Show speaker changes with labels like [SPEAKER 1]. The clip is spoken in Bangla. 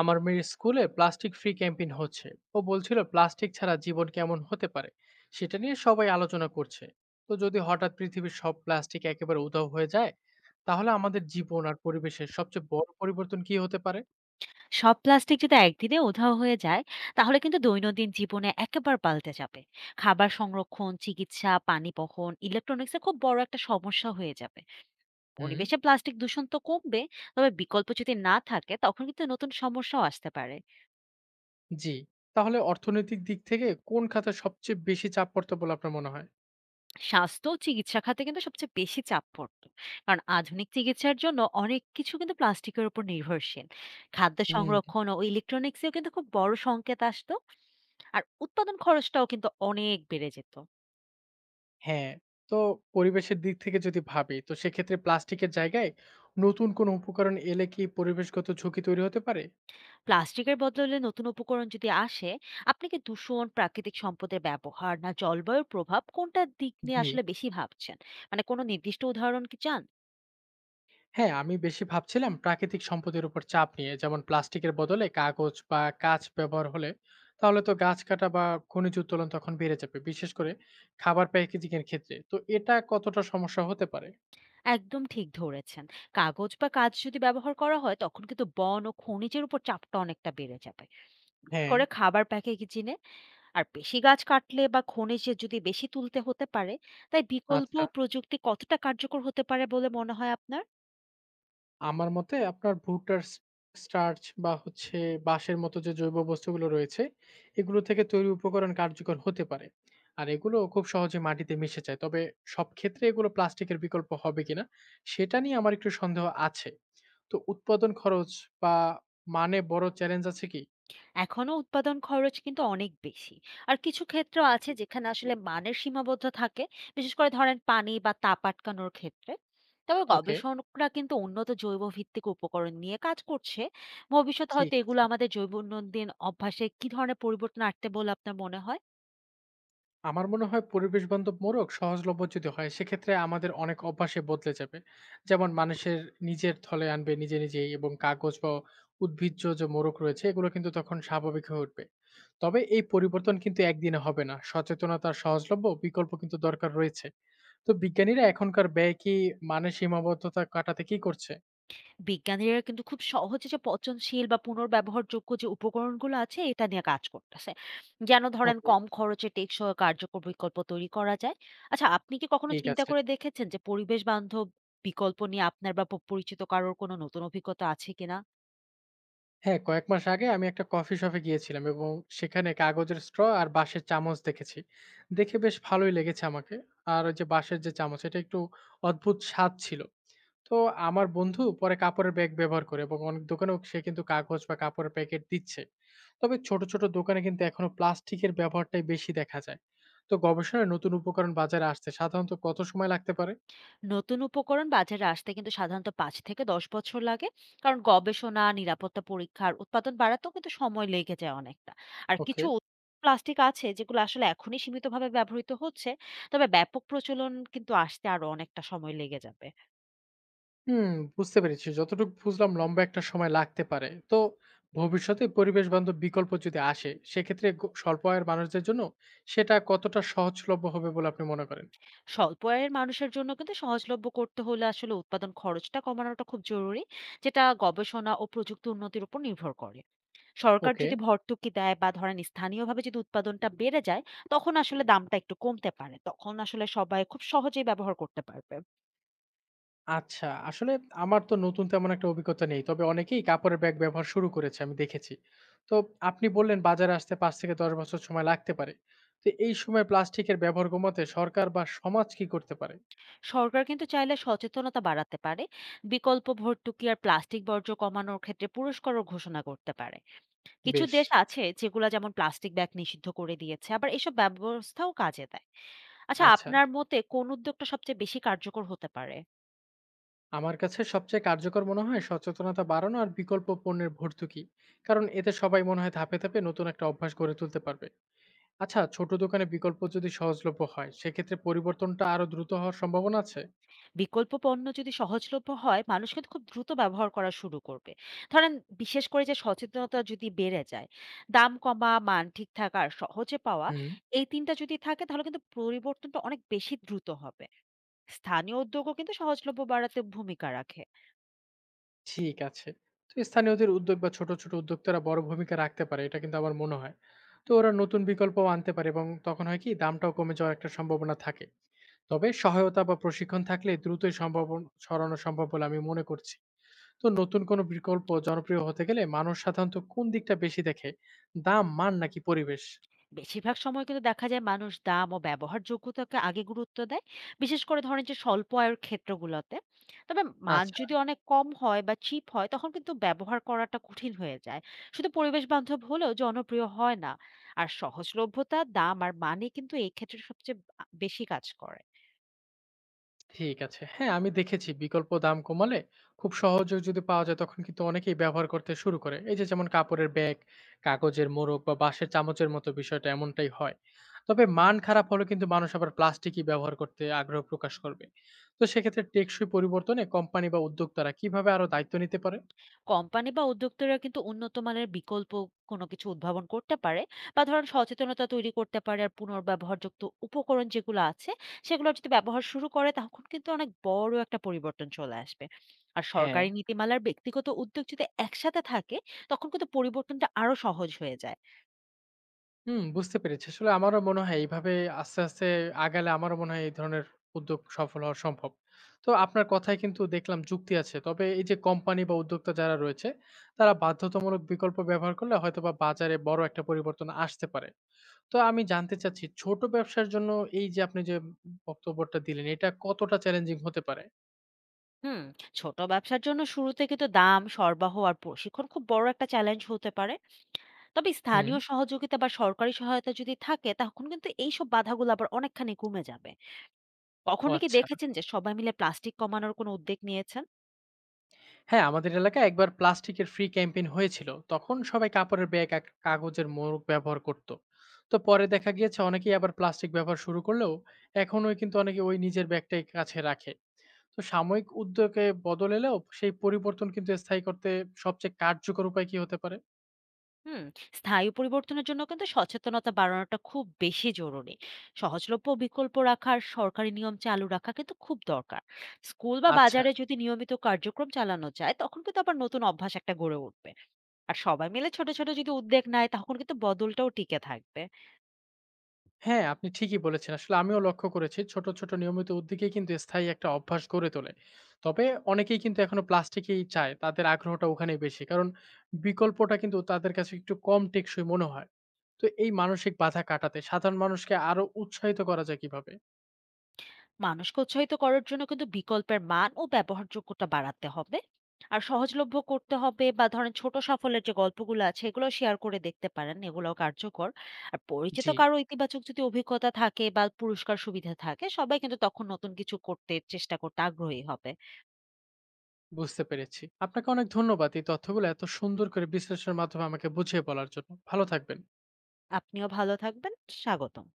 [SPEAKER 1] আমার মেয়ের স্কুলে প্লাস্টিক ফ্রি ক্যাম্পেইন হচ্ছে ও বলছিল প্লাস্টিক ছাড়া জীবন কেমন হতে পারে সেটা নিয়ে সবাই আলোচনা করছে তো যদি হঠাৎ পৃথিবীর সব প্লাস্টিক একেবারে উধাও হয়ে যায় তাহলে আমাদের জীবন আর পরিবেশের সবচেয়ে বড় পরিবর্তন কি হতে পারে?
[SPEAKER 2] সব প্লাস্টিক যদি একদিনে উধাও হয়ে যায় তাহলে কিন্তু দৈনন্দিন জীবনে একেবারে পাল্টে যাবে। খাবার সংরক্ষণ, চিকিৎসা, পানি বহন, ইলেকট্রনিক্সে খুব বড় একটা সমস্যা হয়ে যাবে।
[SPEAKER 1] হুম।
[SPEAKER 2] পরিবেশে প্লাস্টিক দূষণ তো কমবে, তবে বিকল্প যদি না থাকে তখন কিন্তু নতুন সমস্যাও আসতে পারে।
[SPEAKER 1] জি। তাহলে অর্থনৈতিক দিক থেকে কোন খাতে সবচেয়ে বেশি চাপ পড়তে বলে আপনার মনে হয়?
[SPEAKER 2] স্বাস্থ্য ও চিকিৎসা খাতে কিন্তু সবচেয়ে বেশি চাপ পড়তো, কারণ আধুনিক চিকিৎসার জন্য অনেক কিছু কিন্তু প্লাস্টিকের উপর নির্ভরশীল। খাদ্য
[SPEAKER 1] হুম।
[SPEAKER 2] সংরক্ষণ ও ইলেকট্রনিক্সেও কিন্তু খুব বড় সংকেত আসতো। আর উৎপাদন খরচটাও কিন্তু অনেক বেড়ে যেত।
[SPEAKER 1] হ্যাঁ। তো পরিবেশের দিক থেকে যদি ভাবি তো সেক্ষেত্রে প্লাস্টিকের জায়গায় নতুন কোনো উপকরণ এলে কি পরিবেশগত ঝুঁকি তৈরি হতে পারে?
[SPEAKER 2] প্লাস্টিকের বদলে নতুন উপকরণ যদি আসে, আপনাকে দূষণ, প্রাকৃতিক সম্পদের ব্যবহার, না জলবায়ুর প্রভাব কোনটার দিক নিয়ে
[SPEAKER 1] জি।
[SPEAKER 2] আসলে বেশি ভাবছেন? মানে কোনো নির্দিষ্ট উদাহরণ কি চান?
[SPEAKER 1] হ্যাঁ, আমি বেশি ভাবছিলাম প্রাকৃতিক সম্পদের উপর চাপ নিয়ে। যেমন প্লাস্টিকের বদলে কাগজ বা কাঁচ ব্যবহার হলে তাহলে তো গাছ কাটা বা খনিজ উত্তোলন তখন বেড়ে যাবে। বিশেষ করে খাবার প্যাকেজিং এর ক্ষেত্রে। তো এটা কতটা সমস্যা হতে পারে?
[SPEAKER 2] একদম ঠিক ধরেছেন। কাগজ বা কাঁচ যদি ব্যবহার করা হয় তখন কিন্তু বন ও খনিজের উপর চাপটা অনেকটা বেড়ে যাবে, বিশেষ
[SPEAKER 1] হ্যাঁ,
[SPEAKER 2] করে খাবার প্যাকেজিংয়ে। আর বেশি গাছ কাটলে বা খনিজে যদি বেশি তুলতে হতে পারে, তাই বিকল্প
[SPEAKER 1] আচ্ছা।
[SPEAKER 2] প্রযুক্তি কতটা কার্যকর হতে পারে বলে মনে হয় আপনার?
[SPEAKER 1] আমার মতে আপনার ভুট্টার স্টার্চ বা হচ্ছে বাঁশের মতো যে জৈব বস্তুগুলো রয়েছে, এগুলো থেকে তৈরি উপকরণ কার্যকর হতে পারে। আর এগুলো খুব সহজে মাটিতে মিশে যায়। তবে সব ক্ষেত্রে এগুলো প্লাস্টিকের বিকল্প হবে কিনা সেটা নিয়ে আমার একটু সন্দেহ আছে। তো উৎপাদন খরচ বা মানে বড় চ্যালেঞ্জ আছে কি?
[SPEAKER 2] এখনো উৎপাদন খরচ কিন্তু অনেক বেশি। আর কিছু ক্ষেত্র আছে যেখানে আসলে মানের সীমাবদ্ধ থাকে, বিশেষ করে ধরেন পানি বা তাপ আটকানোর ক্ষেত্রে। তবে
[SPEAKER 1] ওকে,
[SPEAKER 2] গবেষকরা কিন্তু উন্নত জৈব ভিত্তিক উপকরণ নিয়ে কাজ করছে। ভবিষ্যতে হয়তো
[SPEAKER 1] ঠিক আছে।
[SPEAKER 2] এগুলো আমাদের জৈব দৈনন্দিন অভ্যাসে কি ধরনের পরিবর্তন আনতে বলে আপনার মনে হয়?
[SPEAKER 1] আমার মনে হয় পরিবেশ বান্ধব মোড়ক সহজলভ্য যদি হয় সেক্ষেত্রে আমাদের অনেক অভ্যাসে বদলে যাবে। যেমন মানুষের নিজের থলে আনবে নিজে নিজেই এবং কাগজ বা উদ্ভিজ্জ যে মোড়ক রয়েছে এগুলো কিন্তু তখন স্বাভাবিক হয়ে উঠবে। তবে এই পরিবর্তন কিন্তু একদিনে হবে না। সচেতনতার সহজলভ্য বিকল্প কিন্তু দরকার রয়েছে। তো বিজ্ঞানীরা এখনকার ব্যয় কি মানে সীমাবদ্ধতা কাটাতে কি করছে?
[SPEAKER 2] বিজ্ঞানীরা কিন্তু খুব সহজে যে পচনশীল বা পুনর্ব্যবহারযোগ্য যে উপকরণগুলো আছে এটা নিয়ে কাজ করতেছে, যেন ধরেন
[SPEAKER 1] ওকে,
[SPEAKER 2] কম খরচে টেকসই ও কার্যকর বিকল্প তৈরি করা যায়। আচ্ছা, আপনি কি কখনো
[SPEAKER 1] ঠিক
[SPEAKER 2] চিন্তা
[SPEAKER 1] আছে।
[SPEAKER 2] করে দেখেছেন যে পরিবেশ বান্ধব বিকল্প নিয়ে আপনার বা পরিচিত কারোর কোনো নতুন অভিজ্ঞতা আছে কিনা?
[SPEAKER 1] হ্যাঁ, কয়েক মাস আগে আমি একটা কফি শপে গিয়েছিলাম এবং সেখানে কাগজের স্ট্র আর বাঁশের চামচ দেখেছি। দেখে বেশ ভালোই লেগেছে আমাকে। আর ওই যে বাঁশের যে চামচ এটা একটু অদ্ভুত স্বাদ ছিল। তো আমার বন্ধু পরে কাপড়ের ব্যাগ ব্যবহার করে এবং অনেক দোকানেও সে কিন্তু কাগজ বা কাপড়ের প্যাকেট দিচ্ছে। তবে ছোট, ছোট দোকানে কিন্তু এখনো প্লাস্টিকের ব্যবহারটাই বেশি দেখা যায়। তো গবেষণায় নতুন উপকরণ বাজারে আসতে সাধারণত কত সময় লাগতে পারে?
[SPEAKER 2] নতুন উপকরণ বাজারে আসতে কিন্তু সাধারণত ৫ থেকে ১০ বছর লাগে। কারণ গবেষণা, নিরাপত্তা পরীক্ষা আর উৎপাদন বাড়াতেও কিন্তু সময় লেগে যায় অনেকটা। আর
[SPEAKER 1] ওকে।
[SPEAKER 2] কিছু প্লাস্টিক আছে যেগুলো আসলে এখনই সীমিতভাবে ব্যবহৃত হচ্ছে। তবে ব্যাপক প্রচলন কিন্তু আসতে আরো অনেকটা সময় লেগে যাবে।
[SPEAKER 1] হুম, বুঝতে পেরেছি। যতটুকু বুঝলাম লম্বা একটা সময় লাগতে পারে। তো ভবিষ্যতে পরিবেশ বান্ধব বিকল্প যদি আসে, সেক্ষেত্রে স্বল্প আয়ের মানুষদের জন্য সেটা কতটা সহজলভ্য হবে বলে আপনি মনে করেন?
[SPEAKER 2] স্বল্প আয়ের মানুষের জন্য কিন্তু সহজলভ্য করতে হলে আসলে উৎপাদন খরচটা কমানোটা খুব জরুরি, যেটা গবেষণা ও প্রযুক্তি উন্নতির উপর নির্ভর করে। সরকার
[SPEAKER 1] ওকে।
[SPEAKER 2] যদি ভর্তুকি দেয় বা ধরেন স্থানীয়ভাবে যদি উৎপাদনটা বেড়ে যায়, তখন আসলে দামটা একটু কমতে পারে। তখন আসলে সবাই খুব সহজেই ব্যবহার করতে পারবে।
[SPEAKER 1] আচ্ছা, আসলে আমার তো নতুন তেমন একটা অভিজ্ঞতা নেই। তবে অনেকেই কাপড়ের ব্যাগ ব্যবহার শুরু করেছে, আমি দেখেছি। তো আপনি বললেন বাজারে আসতে ৫ থেকে ১০ বছর সময় লাগতে পারে। তো এই সময় প্লাস্টিকের ব্যবহার কমাতে সরকার বা সমাজ কি করতে পারে?
[SPEAKER 2] সরকার কিন্তু চাইলে সচেতনতা বাড়াতে পারে। বিকল্প ভর্তুকি আর প্লাস্টিক বর্জ্য কমানোর ক্ষেত্রে পুরস্কারও ঘোষণা করতে পারে। কিছু
[SPEAKER 1] বেশ,
[SPEAKER 2] দেশ আছে যেগুলা যেমন প্লাস্টিক ব্যাগ নিষিদ্ধ করে দিয়েছে। আবার এসব ব্যবস্থাও কাজে দেয়। আচ্ছা,
[SPEAKER 1] আচ্ছা।
[SPEAKER 2] আপনার মতে কোন উদ্যোগটা সবচেয়ে বেশি কার্যকর হতে পারে?
[SPEAKER 1] আমার কাছে সবচেয়ে কার্যকর মনে হয় সচেতনতা বাড়ানো আর বিকল্প পণ্যের ভর্তুকি, কারণ এতে সবাই মনে হয় ধাপে ধাপে নতুন একটা অভ্যাস গড়ে তুলতে পারবে। আচ্ছা, ছোট দোকানে বিকল্প যদি সহজলভ্য হয় সেক্ষেত্রে পরিবর্তনটা আরো দ্রুত হওয়ার সম্ভাবনা আছে।
[SPEAKER 2] বিকল্প পণ্য যদি সহজলভ্য হয় মানুষ কিন্তু খুব দ্রুত ব্যবহার করা শুরু করবে। ধরেন, বিশেষ করে যে সচেতনতা যদি বেড়ে যায়, দাম কমা, মান ঠিক থাকা আর সহজে পাওয়া,
[SPEAKER 1] হুম।
[SPEAKER 2] এই তিনটা যদি থাকে তাহলে কিন্তু পরিবর্তনটা অনেক বেশি দ্রুত হবে। স্থানীয় উদ্যোগও কিন্তু সহজলভ্য বাড়াতে ভূমিকা রাখে।
[SPEAKER 1] ঠিক আছে। তো স্থানীয়দের উদ্যোগ বা ছোট ছোট উদ্যোক্তারা বড় ভূমিকা রাখতে পারে এটা কিন্তু আমার মনে হয়। তো ওরা নতুন বিকল্প আনতে পারে এবং তখন হয় কি দামটাও কমে যাওয়ার একটা সম্ভাবনা থাকে। তবে সহায়তা বা প্রশিক্ষণ থাকলে দ্রুতই সম্ভাবনা ছড়ানো সম্ভব বলে আমি মনে করছি। তো নতুন কোনো বিকল্প জনপ্রিয় হতে গেলে মানুষ সাধারণত কোন দিকটা বেশি দেখে? দাম, মান নাকি পরিবেশ?
[SPEAKER 2] বেশিরভাগ সময় কিন্তু দেখা যায় মানুষ দাম ও ব্যবহারযোগ্যতাকে আগে গুরুত্ব দেয়, বিশেষ করে ধরেন যে স্বল্প আয়ের ক্ষেত্রগুলোতে। তবে মান
[SPEAKER 1] আচ্ছা,
[SPEAKER 2] যদি অনেক কম হয় বা চিপ হয় তখন কিন্তু ব্যবহার করাটা কঠিন হয়ে যায়। শুধু পরিবেশ বান্ধব হলেও জনপ্রিয় হয় না। আর সহজলভ্যতা, দাম আর মানে কিন্তু এই ক্ষেত্রে সবচেয়ে বেশি কাজ করে।
[SPEAKER 1] ঠিক আছে। হ্যাঁ, আমি দেখেছি বিকল্প দাম কমালে খুব সহজে যদি পাওয়া যায় তখন কিন্তু অনেকেই ব্যবহার করতে শুরু করে। এই যে যেমন কাপড়ের ব্যাগ, কাগজের মোড়ক বা বাঁশের চামচের মতো বিষয়টা এমনটাই হয়। তবে মান খারাপ হলে কিন্তু মানুষ আবার প্লাস্টিকই ব্যবহার করতে আগ্রহ প্রকাশ করবে। তো সেক্ষেত্রে টেকসই পরিবর্তনে কোম্পানি বা উদ্যোক্তারা কিভাবে আরো দায়িত্ব নিতে পারে?
[SPEAKER 2] কোম্পানি বা উদ্যোক্তারা কিন্তু উন্নত মানের বিকল্প কোনো কিছু উদ্ভাবন করতে পারে, বা ধরেন সচেতনতা তৈরি করতে পারে। আর পুনর্ব্যবহারযোগ্য উপকরণ যেগুলো আছে সেগুলো যদি ব্যবহার শুরু করে তখন কিন্তু অনেক বড় একটা পরিবর্তন চলে আসবে। আর
[SPEAKER 1] হ্যাঁ।
[SPEAKER 2] সরকারি নীতিমালার ব্যক্তিগত উদ্যোগ যদি একসাথে থাকে তখন কিন্তু পরিবর্তনটা আরো সহজ হয়ে যায়।
[SPEAKER 1] হুম, বুঝতে পেরেছি। আসলে আমারও মনে হয় এইভাবে আস্তে, আস্তে আগালে আমারও মনে হয় এই ধরনের উদ্যোগ সফল হওয়া সম্ভব। তো আপনার কথায় কিন্তু দেখলাম যুক্তি আছে। তবে এই যে কোম্পানি বা উদ্যোক্তা যারা রয়েছে, তারা বাধ্যতামূলক বিকল্প ব্যবহার করলে হয়তোবা বাজারে বড় একটা পরিবর্তন আসতে পারে। তো আমি জানতে চাচ্ছি ছোট ব্যবসার জন্য এই যে আপনি যে বক্তব্যটা দিলেন, এটা কতটা চ্যালেঞ্জিং হতে পারে?
[SPEAKER 2] হুম। ছোট ব্যবসার জন্য শুরুতে কিন্তু দাম, সরবরাহ আর প্রশিক্ষণ খুব বড় একটা চ্যালেঞ্জ হতে পারে। তবে
[SPEAKER 1] হুম,
[SPEAKER 2] স্থানীয় সহযোগিতা বা সরকারি সহায়তা যদি থাকে তখন কিন্তু এইসব বাধাগুলো আবার অনেকখানি কমে যাবে।
[SPEAKER 1] ও
[SPEAKER 2] কখনো কি
[SPEAKER 1] আচ্ছা।
[SPEAKER 2] দেখেছেন যে সবাই মিলে প্লাস্টিক কমানোর কোনো উদ্যোগ নিয়েছেন?
[SPEAKER 1] হ্যাঁ, আমাদের এলাকায় একবার প্লাস্টিকের ফ্রি ক্যাম্পেইন হয়েছিল তখন সবাই কাপড়ের ব্যাগ আর কাগজের মোড়ক ব্যবহার করত। তো পরে দেখা গিয়েছে অনেকেই আবার প্লাস্টিক ব্যবহার শুরু করলেও এখনোই কিন্তু অনেকে ওই নিজের ব্যাগটাই কাছে রাখে। তো সাময়িক উদ্যোগে বদল এলেও সেই পরিবর্তন কিন্তু স্থায়ী করতে সবচেয়ে কার্যকর উপায় কি হতে পারে?
[SPEAKER 2] হুম, স্থায়ী পরিবর্তনের জন্য কিন্তু সচেতনতা বাড়ানোটা খুব বেশি জরুরি। সহজলভ্য বিকল্প রাখা আর সরকারি নিয়ম চালু রাখা কিন্তু খুব দরকার। স্কুল বা
[SPEAKER 1] আচ্ছা।
[SPEAKER 2] বাজারে যদি নিয়মিত কার্যক্রম চালানো যায়, তখন কিন্তু আবার নতুন অভ্যাস একটা গড়ে উঠবে। আর সবাই মিলে ছোট, ছোট যদি উদ্যোগ নেয়, তখন কিন্তু বদলটাও টিকে থাকবে।
[SPEAKER 1] হ্যাঁ, আপনি ঠিকই বলেছেন। আসলে আমিও লক্ষ্য করেছি ছোট, ছোট নিয়মিত উদ্যোগেই কিন্তু স্থায়ী একটা অভ্যাস গড়ে তোলে। তবে অনেকেই কিন্তু এখনো প্লাস্টিকেই চায়। তাদের আগ্রহটা ওখানেই বেশি। কারণ বিকল্পটা কিন্তু তাদের কাছে একটু কম টেকসই মনে হয়। তো এই মানসিক বাধা কাটাতে সাধারণ মানুষকে আরো উৎসাহিত করা যায় কিভাবে?
[SPEAKER 2] মানুষকে উৎসাহিত করার জন্য কিন্তু বিকল্পের মান ও ব্যবহারযোগ্যতা বাড়াতে হবে আর সহজলভ্য করতে হবে। বা ধরেন ছোট সাফল্যের যে গল্পগুলো আছে এগুলো শেয়ার করে দেখতে পারেন, এগুলোও কার্যকর। আর পরিচিত
[SPEAKER 1] জি,
[SPEAKER 2] কারো ইতিবাচক যদি অভিজ্ঞতা থাকে বা পুরস্কার সুবিধা থাকে, সবাই কিন্তু তখন নতুন কিছু করতে চেষ্টা করতে আগ্রহী হবে।
[SPEAKER 1] বুঝতে পেরেছি। আপনাকে অনেক ধন্যবাদ এই তথ্যগুলো এত সুন্দর করে বিশ্লেষণের মাধ্যমে আমাকে বুঝিয়ে বলার জন্য। ভালো থাকবেন।
[SPEAKER 2] আপনিও ভালো থাকবেন। স্বাগতম।